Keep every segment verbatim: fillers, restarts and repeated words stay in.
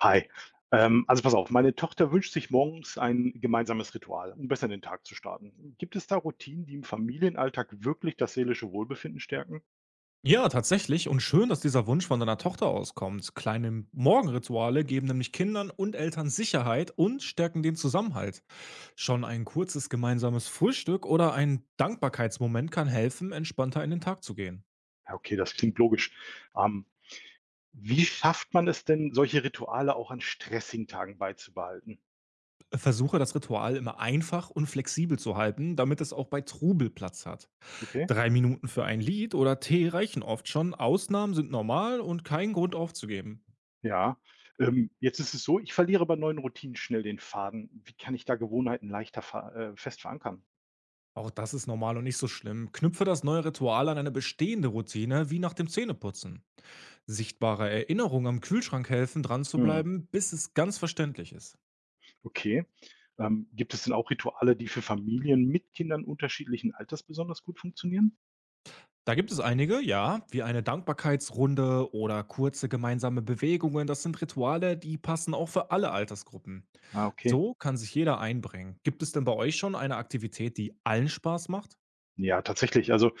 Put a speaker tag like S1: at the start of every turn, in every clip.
S1: Hi. Ähm, also pass auf, meine Tochter wünscht sich morgens ein gemeinsames Ritual, um besser in den Tag zu starten. Gibt es da Routinen, die im Familienalltag wirklich das seelische Wohlbefinden stärken?
S2: Ja, tatsächlich. Und schön, dass dieser Wunsch von deiner Tochter auskommt. Kleine Morgenrituale geben nämlich Kindern und Eltern Sicherheit und stärken den Zusammenhalt. Schon ein kurzes gemeinsames Frühstück oder ein Dankbarkeitsmoment kann helfen, entspannter in den Tag zu gehen.
S1: Ja, okay, das klingt logisch. Ähm, Wie schafft man es denn, solche Rituale auch an stressigen Tagen beizubehalten?
S2: Versuche das Ritual immer einfach und flexibel zu halten, damit es auch bei Trubel Platz hat.
S1: Okay,
S2: Drei Minuten für ein Lied oder Tee reichen oft schon. Ausnahmen sind normal und kein Grund aufzugeben.
S1: ja. Ähm, jetzt ist es so, ich verliere bei neuen Routinen schnell den Faden. Wie kann ich da Gewohnheiten leichter ver äh, fest verankern?
S2: Auch das ist normal und nicht so schlimm. Knüpfe das neue Ritual an eine bestehende Routine, wie nach dem Zähneputzen. Sichtbare Erinnerungen am Kühlschrank helfen, dran zu
S1: Hm,
S2: bleiben, bis es ganz verständlich ist.
S1: okay. Ähm, gibt es denn auch Rituale, die für Familien mit Kindern unterschiedlichen Alters besonders gut funktionieren?
S2: Da gibt es einige, ja, wie eine Dankbarkeitsrunde oder kurze gemeinsame Bewegungen. Das sind Rituale, die passen auch für alle Altersgruppen.
S1: Ah, okay.
S2: So kann sich jeder einbringen. Gibt es denn bei euch schon eine Aktivität, die allen Spaß macht?
S1: Ja, tatsächlich. Also,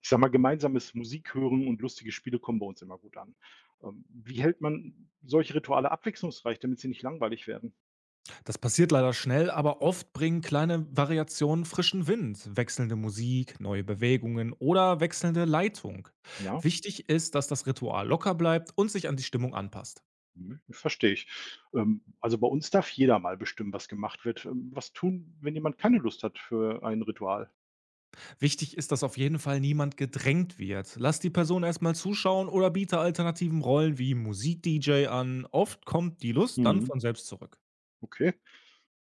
S1: ich sage mal, gemeinsames Musik hören und lustige Spiele kommen bei uns immer gut an. Ähm, wie hält man solche Rituale abwechslungsreich, damit sie nicht langweilig werden?
S2: Das passiert leider schnell, aber oft bringen kleine Variationen frischen Wind, wechselnde Musik, neue Bewegungen oder wechselnde Leitung.
S1: Ja,
S2: Wichtig ist, dass das Ritual locker bleibt und sich an die Stimmung anpasst.
S1: mhm, verstehe ich. Ähm, also bei uns darf jeder mal bestimmen, was gemacht wird. Ähm, was tun, wenn jemand keine Lust hat für ein Ritual?
S2: Wichtig ist, dass auf jeden Fall niemand gedrängt wird. Lass die Person erstmal zuschauen oder biete alternativen Rollen wie Musik-D J an. Oft kommt die Lust dann
S1: Mhm,
S2: von selbst zurück.
S1: okay.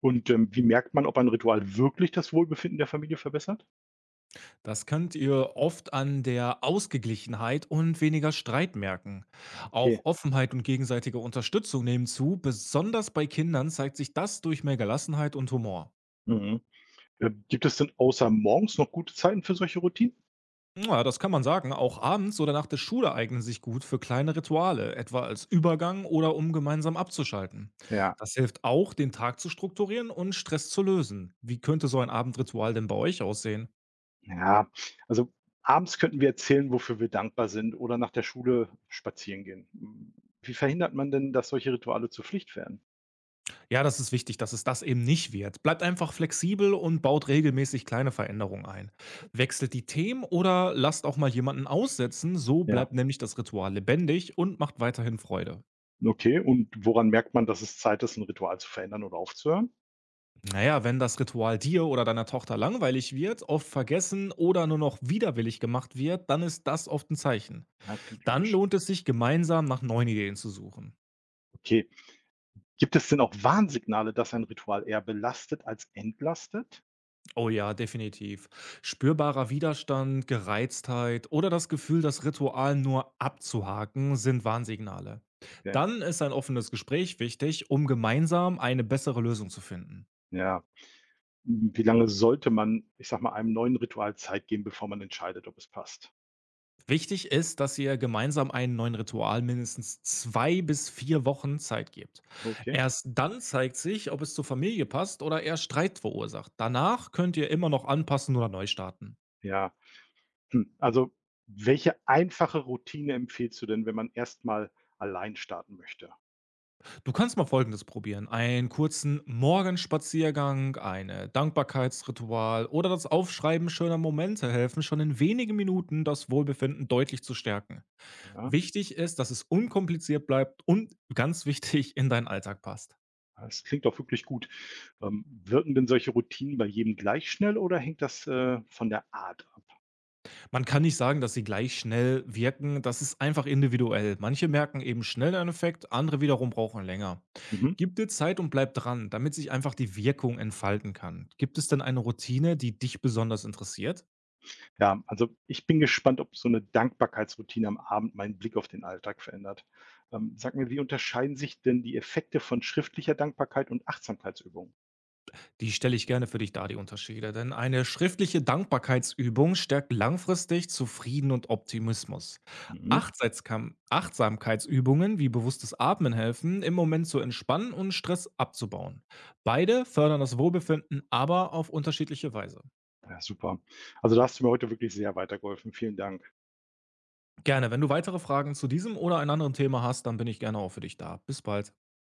S1: Und ähm, wie merkt man, ob ein Ritual wirklich das Wohlbefinden der Familie verbessert?
S2: Das könnt ihr oft an der Ausgeglichenheit und weniger Streit merken.
S1: Ah, okay.
S2: Auch Offenheit und gegenseitige Unterstützung nehmen zu. Besonders bei Kindern zeigt sich das durch mehr Gelassenheit und Humor.
S1: Mhm. Äh, Gibt es denn außer morgens noch gute Zeiten für solche Routinen?
S2: Ja, das kann man sagen. Auch abends oder nach der Schule eignen sich gut für kleine Rituale, etwa als Übergang oder um gemeinsam abzuschalten.
S1: Ja,
S2: Das hilft auch, den Tag zu strukturieren und Stress zu lösen. Wie könnte so ein Abendritual denn bei euch aussehen?
S1: ja. Also abends könnten wir erzählen, wofür wir dankbar sind oder nach der Schule spazieren gehen. Wie verhindert man denn, dass solche Rituale zur Pflicht werden?
S2: Ja, das ist wichtig, dass es das eben nicht wird. Bleibt einfach flexibel und baut regelmäßig kleine Veränderungen ein. Wechselt die Themen oder lasst auch mal jemanden aussetzen, so
S1: Ja,
S2: bleibt nämlich das Ritual lebendig und macht weiterhin Freude.
S1: okay. Und woran merkt man, dass es Zeit ist, ein Ritual zu verändern oder aufzuhören?
S2: Naja, wenn das Ritual dir oder deiner Tochter langweilig wird, oft vergessen oder nur noch widerwillig gemacht wird, dann ist das oft ein Zeichen.
S1: Ja, klingt
S2: Dann
S1: logisch.
S2: lohnt es sich, gemeinsam nach neuen Ideen zu suchen.
S1: Okay. Gibt es denn auch Warnsignale, dass ein Ritual eher belastet als entlastet?
S2: Oh ja, definitiv. Spürbarer Widerstand, Gereiztheit oder das Gefühl, das Ritual nur abzuhaken, sind Warnsignale.
S1: Okay.
S2: Dann ist ein offenes Gespräch wichtig, um gemeinsam eine bessere Lösung zu finden.
S1: Ja. Wie lange sollte man, ich sag mal, einem neuen Ritual Zeit geben, bevor man entscheidet, ob es passt?
S2: Wichtig ist, dass ihr gemeinsam einen neuen Ritual mindestens zwei bis vier Wochen Zeit gebt.
S1: Okay.
S2: Erst dann zeigt sich, ob es zur Familie passt oder eher Streit verursacht. Danach könnt ihr immer noch anpassen oder neu starten.
S1: Ja, hm, also, welche einfache Routine empfiehlst du denn, wenn man erstmal allein starten möchte?
S2: Du kannst mal Folgendes probieren. Einen kurzen Morgenspaziergang, eine Dankbarkeitsritual oder das Aufschreiben schöner Momente helfen schon in wenigen Minuten das Wohlbefinden deutlich zu stärken.
S1: Ja,
S2: Wichtig ist, dass es unkompliziert bleibt und ganz wichtig in deinen Alltag passt.
S1: das klingt doch wirklich gut. Ähm, wirken denn solche Routinen bei jedem gleich schnell oder hängt das, äh, von der Art ab?
S2: Man kann nicht sagen, dass sie gleich schnell wirken, das ist einfach individuell. Manche merken eben schnell einen Effekt, andere wiederum brauchen länger.
S1: Mhm.
S2: Gib dir Zeit und bleib dran, damit sich einfach die Wirkung entfalten kann. Gibt es denn eine Routine, die dich besonders interessiert?
S1: Ja, also, ich bin gespannt, ob so eine Dankbarkeitsroutine am Abend meinen Blick auf den Alltag verändert. Ähm, sag mir, wie unterscheiden sich denn die Effekte von schriftlicher Dankbarkeit und Achtsamkeitsübungen?
S2: Die stelle ich gerne für dich dar, die Unterschiede, denn eine schriftliche Dankbarkeitsübung stärkt langfristig Zufrieden und Optimismus.
S1: Mhm.
S2: Achtsaitskam- Achtsamkeitsübungen wie bewusstes Atmen helfen, im Moment zu entspannen und Stress abzubauen. Beide fördern das Wohlbefinden, aber auf unterschiedliche Weise.
S1: Ja, super. Also, da hast du mir heute wirklich sehr weitergeholfen. Vielen Dank.
S2: Gerne, wenn du weitere Fragen zu diesem oder einem anderen Thema hast, dann bin ich gerne auch für dich da. Bis bald.